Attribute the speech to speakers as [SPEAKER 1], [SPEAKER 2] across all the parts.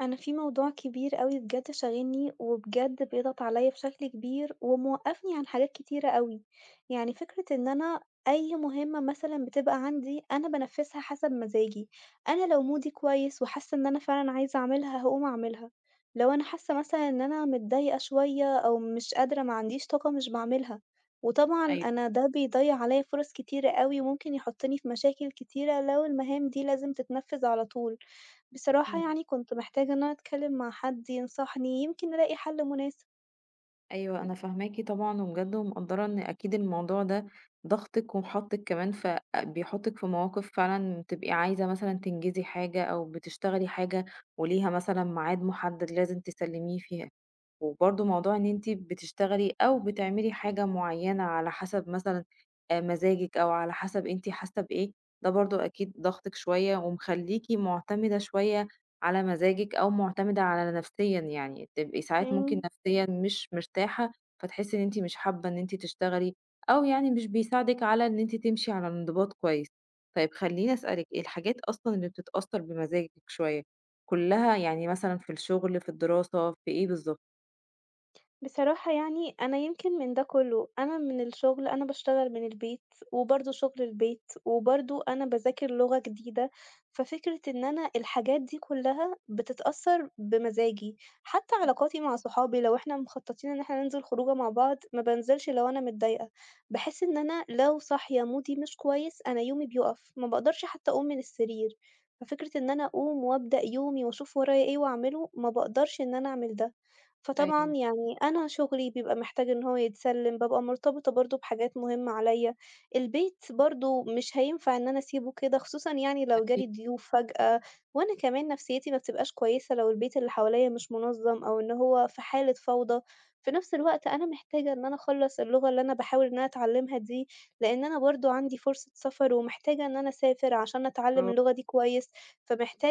[SPEAKER 1] أنا في موضوع كبير أوي بجد شاغلني، وبجد بيضغط عليَّ بشكل كبير، وموقّفني عن حاجات كتيرة أوي، يعني فكرة إن أنا أي مهمة مثلًا بتبقى عندي أنا بانفذها حسب مزاجي، أنا لو مودي كويس وحاسة إن أنا فعلًا عايزة أعملها هاقوم أعملها، لو أنا حاسة مثلًا إن أنا متضايقة شوية أو مش قادرة ما عنديش طاقة مش باعملها، وطبعًا
[SPEAKER 2] أيوه،
[SPEAKER 1] أنا ده بيضيّع عليَّ فرص كتيرة أوي، وممكن يحطني في مشاكل كتيرة لو المهام دي لازم تتنفذ على طول. بصراحة
[SPEAKER 2] إمم،
[SPEAKER 1] يعني كنت محتاجة إن أنا أتكلم مع حد ينصحني، يمكن ألاقي حل مناسب.
[SPEAKER 2] أيوه أنا فاهماكِ طبعًا، وبجد ومقدّرة إن أكيد الموضوع ده ضاغطِك ومحطِّك كمان بيحطِّك في مواقف فعلًا بتبقي عايزة مثلًا تنجزي حاجة أو بتشتغلي حاجة وليها مثلًا ميعاد محدد لازم تسلّميه فيها، وبرضه موضوع إن أنتِ بتشتغلي أو بتعملي حاجة معيّنة على حسب مثلًا مزاجِك أو على حسب أنتِ حاسة بإيه، ده برضه أكيد ضاغطِك شوية ومخلّيكِ مُعتمدة شوية على مزاجِك أو مُعتمدة على نفسيًا يعني، تبقي ساعات ممكن
[SPEAKER 1] إمم.
[SPEAKER 2] نفسيًا مش مرتاحة، فتحسي إن أنتِ مش حابة إن أنتِ تشتغلي، أو يعني مش بيساعدِك على إن أنتِ تمشي على انضباط كويس. طيب خلّيني أسألِك، ايه الحاجات أصلًا اللي بتتأثّر بمزاجِك شوية، كلّها يعني مثلًا في الشغل، في الدراسة، في إيه بالضبط؟
[SPEAKER 1] بصراحة يعني أنا يمكن من ده كله، أنا من الشغل أنا باشتغل من البيت، وبرضه شغل البيت، وبرضه أنا باذاكر لغة جديدة، ففكرة إن أنا الحاجات دي كلها بتتأثّر بمزاجي، حتى علاقاتي مع صحابي لو إحنا مخططين إن إحنا ننزل خروجة مع بعض، ما بانزلش لو أنا متضايقة، باحس إن أنا لو صاحية مودي مش كويس أنا يومي بيُقف، ما باقدرش حتى أقوم من السرير، ففكرة إن أنا أقوم وأبدأ يومي وأشوف ورايا إيه وأعمله، ما باقدرش إن أنا أعمل ده. فطبعًا
[SPEAKER 2] أيوه،
[SPEAKER 1] يعني أنا شغلي بيبقى محتاج إن هو يتسلِّم، بابقى مرتبطة برضه بحاجات مهمة عليّا، البيت برضه مش هينفع إن أنا أسيبه كده، خصوصًا يعني لو جالي
[SPEAKER 2] أكيد،
[SPEAKER 1] ضيوف فجأة، وأنا كمان نفسيتي ما بتبقاش كويسة لو البيت اللي حواليّا مش منظَّم أو إن هو في حالة فوضى. في نفس الوقت أنا محتاجة إن أنا أخلّص اللغة اللي أنا باحاول إن أنا أتعلِّمها دي، لإن أنا برضه عندي فرصة سفر ومحتاجة إن أنا أسافر عشان أتعلِّم
[SPEAKER 2] برافو.
[SPEAKER 1] اللغة دي كويس،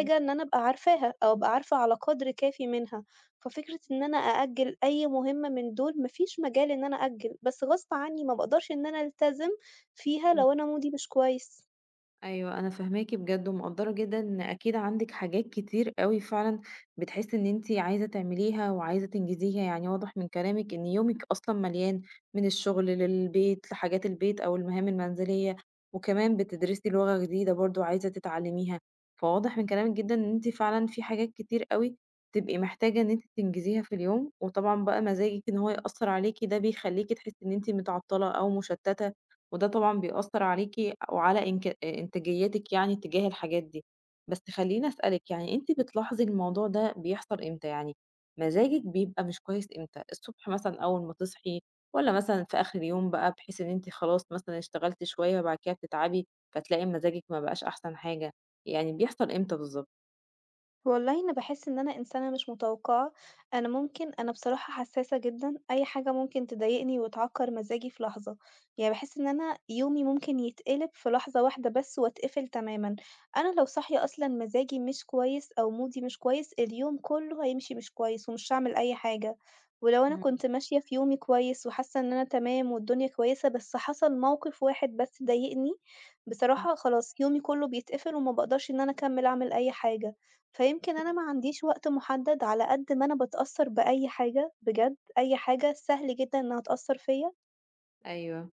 [SPEAKER 2] إمم،
[SPEAKER 1] إن أنا أبقى عارفاها أو أبقى عارفة على قدر كافي منها. ففكرة إن أنا أأجّل أي مهمة من دول ما فيش مجال إن أنا أأجّل، بس غصب عني ما باقدرش إن أنا ألتزم فيها
[SPEAKER 2] إمم.
[SPEAKER 1] لو أنا مودي مش كويس.
[SPEAKER 2] أيوه، أنا فاهماكِ بجد ومقدّرة جدًا إن أكيد عندِك حاجات كتير أوي فعلًا بتحسّي إن أنتِ عايزة تعمليها وعايزة تنجزيها، يعني واضح من كلامِك إن يومِك أصلًا مليان من الشغل للبيت، لحاجات البيت أو المهام المنزلية، وكمان بتدرسي لغة جديدة برضه عايزة تتعلّميها، فواضح من كلامِك جدًا إن أنتِ فعلًا في حاجات كتير أوي تبقي محتاجة إن أنتِ تنجزيها في اليوم، وطبعًا بقى مزاجِك إن هو يأثّر عليكِ ده بيخلّيكِ تحسّي إن أنتِ متعطّلة أو مشتّتة وده طبعًا بيأثّر عليكِ وعلى إنك إنتاجيتِك يعني تجاه الحاجات دي. بس خلّيني أسألِك يعني أنتِ بتلاحظي الموضوع ده بيحصل إمتى؟ يعني مزاجِك بيبقى مش كويس إمتى؟ الصبح مثلًا أول ما تصحي والّا مثلًا في آخر اليوم بقى بحيث إن أنتِ خلاص مثلًا اشتغلتِ شوية وبعد كده بتتعبي، فتلاقي مزاجِك ما بقاش أحسن حاجة، يعني بيحصل إمتى بالضبط؟
[SPEAKER 1] والله أنا باحس إن أنا إنسانة مش متوقعة، أنا ممكن أنا بصراحة حساسة جدًا، أي حاجة ممكن تضايقني وتعكّر مزاجي في لحظة، يعني باحس إن أنا يومي ممكن يتقلب في لحظة واحدة بس واتقفل تمامًا، أنا لو صاحية أصلًا مزاجي مش كويس أو مودي مش كويس، اليوم كلّه هيمشي مش كويس ومش هاعمل أي حاجة، ولو أنا
[SPEAKER 2] فاهماكِ،
[SPEAKER 1] كنت ماشية في يومي كويس وحاسة إن أنا تمام والدنيا كويسة، بس حصل موقف واحد بس ضايقني،
[SPEAKER 2] إمم،
[SPEAKER 1] بصراحة خلاص يومي كلّه بيتقفل وما باقدرش إن أنا أكمّل أعمل أي حاجة. فيمكن أنا
[SPEAKER 2] فاهمة،
[SPEAKER 1] ما عنديش وقت محدد، على قد ما أنا باتأثّر بأي حاجة بجد، أي حاجة سهل جدًا إنها تأثّر فيّا.
[SPEAKER 2] أيوه.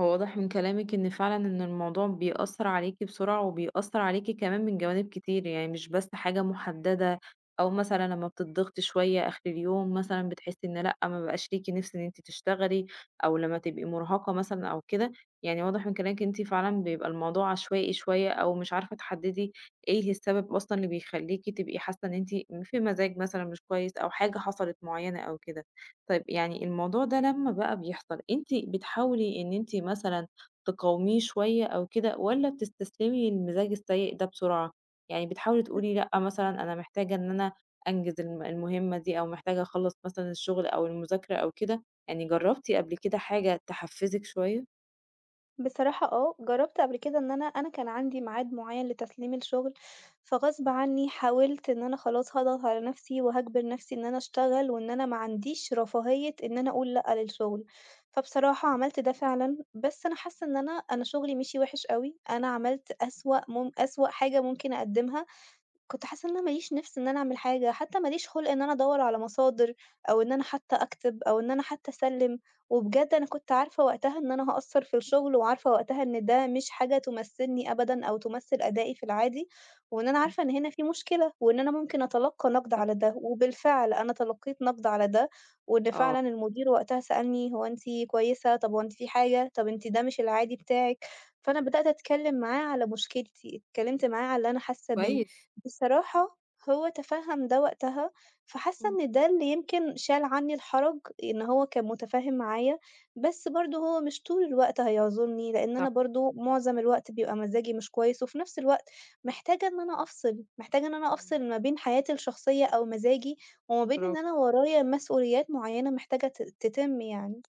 [SPEAKER 2] هو واضح من كلامِك إن فعلًا إن الموضوع بيأثّر عليكِ بسرعة، وبيأثّر عليكِ كمان من جوانب كتير، يعني مش بس حاجة محددة، أو مثلًا لمّا بتضغطي شوية آخر اليوم مثلًا بتحسّي إن لأ، ما بقاش ليكِ نِفْس إن أنتِ تشتغلي، أو لمّا تبقي مرهقة مثلًا أو كده، يعني واضح من كلامِك إن أنتِ فعلًا بيبقى الموضوع عشوائي شوية، أو مش عارفة تحددي إيه السبب أصلًا اللي بيخلّيكِ تبقي حاسة إن أنتِ في مزاج مثلًا مش كويس، أو حاجة حصلت معيّنة أو كده. طيب يعني الموضوع ده لمّا بقى بيحصل، أنتِ بتحاولي إن أنتِ مثلًا تقاوميه شوية أو كده والّا بتستسلمي للمزاج السيء ده بسرعة؟ يعني بتحاولي تقولي لأ مثلًا أنا محتاجة إن أنا أنجز المهمة دي أو محتاجة أخلّص مثلًا الشغل أو المذاكرة أو كده، يعني جرّبتِ قبل كده حاجة تحفّزِك شوية؟
[SPEAKER 1] بصراحة آه، جرّبت قبل كده إن أنا كان عندي ميعاد معيّن لتسليم الشغل، فغصب عنّي حاولت إن أنا خلاص هاضغط على نَفْسي وهاجبر نَفْسي إن أنا أشتغل وإن أنا ما عنديش رفاهية إن أنا أقول لأ للشغل. فبصراحة عملت ده فعلًا، بس أنا حاسّة إن أنا شغلي مشي وِحِش أوي، أنا عملت أسوأ أسوأ حاجة ممكن أقدّمها. كنت حاسة إن أنا ما ليش نِفْس إن أنا أعمل حاجة، حتى ما ليش خُلْق إن أنا أدوّر على مصادر أو إن أنا حتى أكتب أو إن أنا حتى أسلِّم، وبجد أنا كنت عارفة وقتها إن أنا هاقصّر في الشغل وعارفة وقتها إن ده مش حاجة تمثّلني أبدًا أو تمثّل أدائي في العادي، وإن أنا
[SPEAKER 2] إمم،
[SPEAKER 1] عارفة إن هنا في مشكلة وإن أنا ممكن أتلقّى نَقْد
[SPEAKER 2] صح،
[SPEAKER 1] على ده، وبالفعل أنا تلقّيت نَقْد على ده، وإن فعلًا
[SPEAKER 2] آه،
[SPEAKER 1] المدير وقتها سألني: "هو أنتِ كويسة؟ طَب هو أنتِ في حاجة؟ طَب أنتِ ده مش العادي بتاعِك." فأنا بدأت أتكلِّم معاه على مشكلتي، اتكلِّمت معاه على اللي أنا حاسة بيه.
[SPEAKER 2] كويس.
[SPEAKER 1] بصراحة هو تفهّم ده وقتها، فحاسة
[SPEAKER 2] إمم.
[SPEAKER 1] إن ده اللي يمكن شال عني الحرج، إن هو كان متفاهم معايا، بس برضه هو مش طول الوقت هيعذرني، لإن أنا
[SPEAKER 2] صح،
[SPEAKER 1] برضه معظم الوقت بيبقى مزاجي مش كويس، وفي نفس الوقت محتاجة إن أنا أفصل، محتاجة إن أنا
[SPEAKER 2] إمم،
[SPEAKER 1] أفصل ما بين حياتي الشخصية أو مزاجي، وما بين إن
[SPEAKER 2] برافو.
[SPEAKER 1] أنا ورايا مسؤوليات معينة محتاجة تتِم يعني.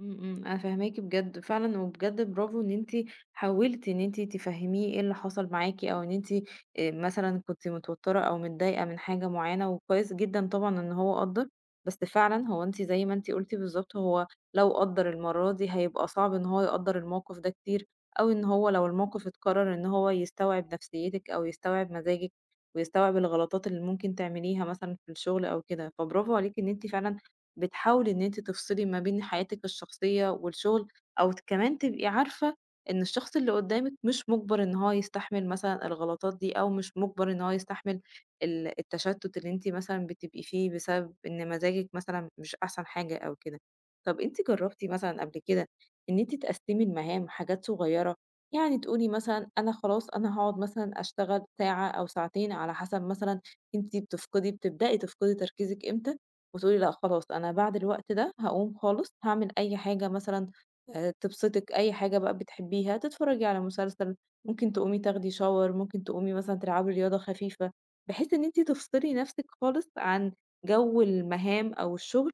[SPEAKER 2] إمم، إمم، أنا فاهماكِ بجد فعلًا، وبجد برافو إن أنتِ حاولتِ إن أنتِ تفهميه إيه اللي حصل معاكِ، أو إن أنتِ مثلًا كنتِ متوترة أو متضايقة من حاجة معينة، وكويس جدًا طبعًا إن هو قدّر، بس فعلًا هو أنتِ زي ما أنتِ قلتِ بالضبط، هو لو قدّر المرة دي هيبقى صعب إن هو يقدّر الموقف ده كتير، أو إن هو لو الموقف اتكرر إن هو يستوعب نفسيتِك، أو يستوعب مزاجِك، ويستوعب الغلطات اللي ممكن تعمليها مثلًا في الشغل أو كده، فبرافو عليكِ إن أنتِ فعلًا بتحاولي إن أنتِ تفصلي ما بين حياتِك الشخصية والشغل، أو كمان تبقي عارفة إن الشخص اللي قدامِك مش مُجبر إن هو يستحمل مثلًا الغلطات دي، أو مش مُجبر إن هو يستحمل التشتُّت اللي أنتِ مثلًا بتبقي فيه بسبب إن مزاجِك مثلًا مش أحسن حاجة أو كده. طَب أنتِ جرّبتِ مثلًا قبل كده إن أنتِ تقسّمي المهام حاجات صغيّرة؟ يعني تقولي مثلًا أنا خلاص أنا هاقعد مثلًا أشتغل ساعة أو ساعتين على حسب مثلًا أنتِ بتبدئي تفقدي تركيزِك إمتى؟ وتقولي لأ خلاص أنا بعد الوقت ده هاقوم خالص هاعمل أي حاجة مثلًا تبسطِك، أي حاجة بقى بتحبيها، تتفرّجي على مسلسل، ممكن تقومي تاخدي shower، ممكن تقومي مثلًا تلعبي رياضة خفيفة، بحيث إن أنتِ تفصلي نَفْسِك خالص عن جو المهام أو الشغل،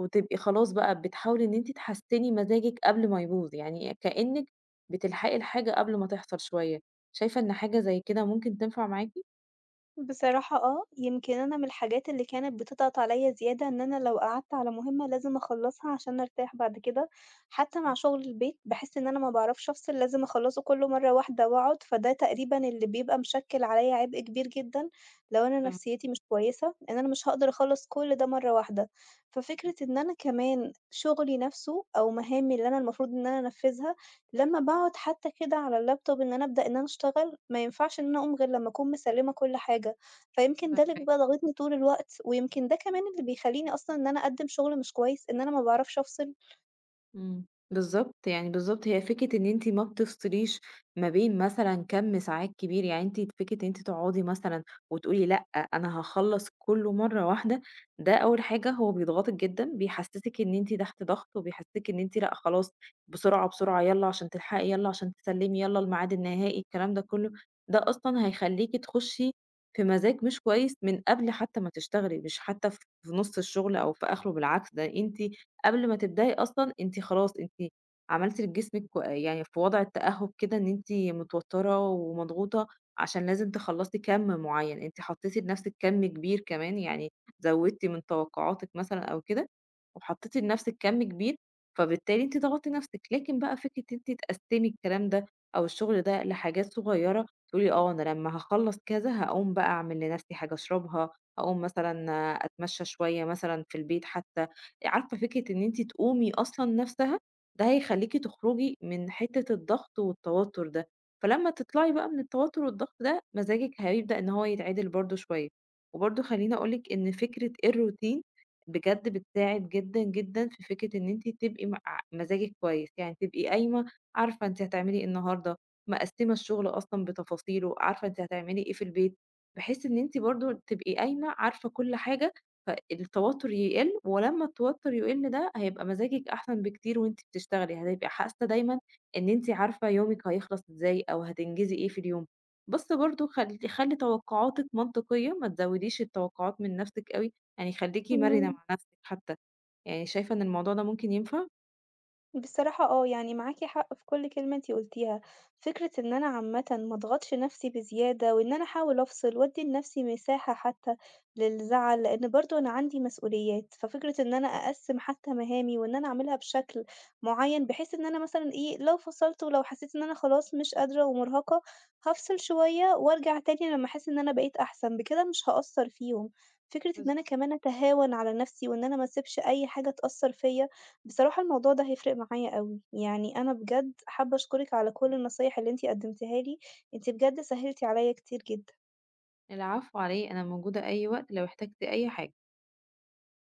[SPEAKER 2] وتبقي خلاص بقى بتحاولي إن أنتِ تحسّني مزاجِك قبل ما يبوظ، يعني كإنِّك بتلحقي الحاجة قبل ما تحصل شوية، شايفة إن حاجة زي كده ممكن تنفع معاكِ؟
[SPEAKER 1] بصراحة آه، يمكن أنا من الحاجات اللي كانت بتضغط عليَّ زيادة إن أنا لو قعدت على مهمة لازم أخلصها عشان أرتاح بعد كده، حتى مع
[SPEAKER 2] إمم،
[SPEAKER 1] شغل البيت باحس إن أنا ما باعرفش أفصل لازم أخلصه كله مرة واحدة وأقعد، فده تقريبا اللي بيبقى مشكل عليَّ عبء كبير جدًا لو أنا
[SPEAKER 2] فاهماكِ،
[SPEAKER 1] نفسيتي مش كويسة، إن أنا مش هاقدر أخلص كل ده مرة واحدة، ففكرة إن أنا كمان شغلي نفسه أو مهامي اللي أنا المفروض إن أنا أنفذها لمّا باقعد حتى كده على اللابتوب إن أنا أبدأ إن أنا أشتغل، ما ينفعش إن أنا أقوم غير لمّا أكون مسلِّمة كل حاجة، فيمكن ده اللي
[SPEAKER 2] فاهماكِ.
[SPEAKER 1] بيبقى ضاغطني طول الوقت، ويمكن ده كمان اللي بيخلّيني أصلًا إن أنا أقدِّم شغل مش كويس، إن أنا ما باعرفش أفصل.
[SPEAKER 2] إمم، بالضبط، يعني بالضبط هي فكرة إن أنتِ ما بتفصليش ما بين مثلًا كَم ساعات كبير، يعني أنتِ فكرة إن أنتِ تقعدي مثلًا وتقولي لأ، أنا هاخلّص كلّه مرّة واحدة، ده أول حاجة هو بيضغطِك جدًا، بيحسّسِك إن أنتِ تحت ضغط، وبيحسّسِك إن أنتِ لأ خلاص بسرعة، يالّا عشان تلحقي، يالّا عشان تسلّمي، يالّا الميعاد النهائي، الكلام ده كلّه، ده أصلًا هيخلّيكِ تخشي في مزاج مش كويس من قبل حتى ما تشتغلي، مش حتى في نُص الشغل أو في آخره، بالعكس ده أنتِ قبل ما تبدأي أصلًا أنتِ خلاص أنتِ عملتِ لجسمِك يعني في وضع التأهب كده إن أنتِ متوترة ومضغوطة عشان لازم تخلّصي كَم معيّن، أنتِ حطيتِ لنفسِك كَم كبير كمان يعني زوّدتِ من توقعاتِك مثلًا أو كده، وحطيتِ لنفسِك كَم كبير، فبالتالي أنتِ ضغطتِ نفسِك، لكن بقى فكرة إن أنتِ تقسّمي الكلام ده أو الشغل ده لحاجات صغيّرة، تقولي آه أنا لمّا هاخلّص كذا هاقوم بقى أعمل لنفسي حاجة أشربها، هاقوم مثلًا أتمشى شوية مثلًا في البيت حتى عارفة فكرة إن أنتِ تقومي أصلًا نفسها، ده هيخلّيكِ تخرجي من حتة الضغط والتوتر ده، فلمّا تطلعي بقى من التوتر والضغط ده، مزاجِك هيبدأ إن هو يتعدل برضه شوية. وبرضه خلّيني أقول لِك إن فكرة الروتين بجد بتساعد جدًا، جدًا في فكرة إن أنتِ تبقي م ع مزاجِك كويس، يعني تبقي قايمة عارفة أنتِ هتعملي إيه النهارده، مقسّمة الشغل أصلًا بتفاصيله، عارفة أنتِ هتعملي إيه في البيت، بحيث إن أنتِ برضه تبقي قايمة عارفة كل حاجة فالتوتر يقل ولمّا التوتر يقل ده هيبقى مزاجِك أحسن بكتير وأنتِ بتشتغلي، هتبقي حاسة دايمًا إن أنتِ عارفة يومِك هيخلص إزاي أو هتنجزي إيه في اليوم. بس برضه خلّي توقعاتِك منطقية، ما تزوّديش التوقعات من نَفْسِك أوي، يعني خلّيكِ مرنة
[SPEAKER 1] إمم.
[SPEAKER 2] مع نَفْسِك حتى، يعني شايفة إن الموضوع ده ممكن ينفع؟
[SPEAKER 1] بصراحة آه، يعني معاكِ حق في كل كلمة أنتِ قُلتيها، فكرة إن أنا عامةً ما أضغطش نفسي بزيادة وإن أنا أحاول أفصل وأدّي لنفسي مساحة حتى للزعل، لإن برضه أنا عندي مسؤوليات، ففكرة إن أنا أقسّم حتى مهامي وإن أنا أعملها بشكل معيّن بحيث إن أنا مثلًا إيه، لو فصلت ولو حسيت إن أنا خلاص مش قادرة ومرهقة، هافصل شوية وأرجع تاني لمّا أحس إن أنا بقيت أحسن، بكده مش هاأثّر فيهم. فكرة إن
[SPEAKER 2] بالض
[SPEAKER 1] أنا كمان أتهاون على نفسي وإن أنا ما أسيبش أي حاجة تأثّر فيّا. بصراحة الموضوع ده هيفرق معايا أوي، يعني أنا بجد حابة أشكرِك على كل النصايح اللي أنتِ قدمتيها لي، أنتِ بجد سهلتِ عليَّ كتير جدًا.
[SPEAKER 2] العفو على إيه، أنا موجودة أي وقت لو احتجتِ أي حاجة.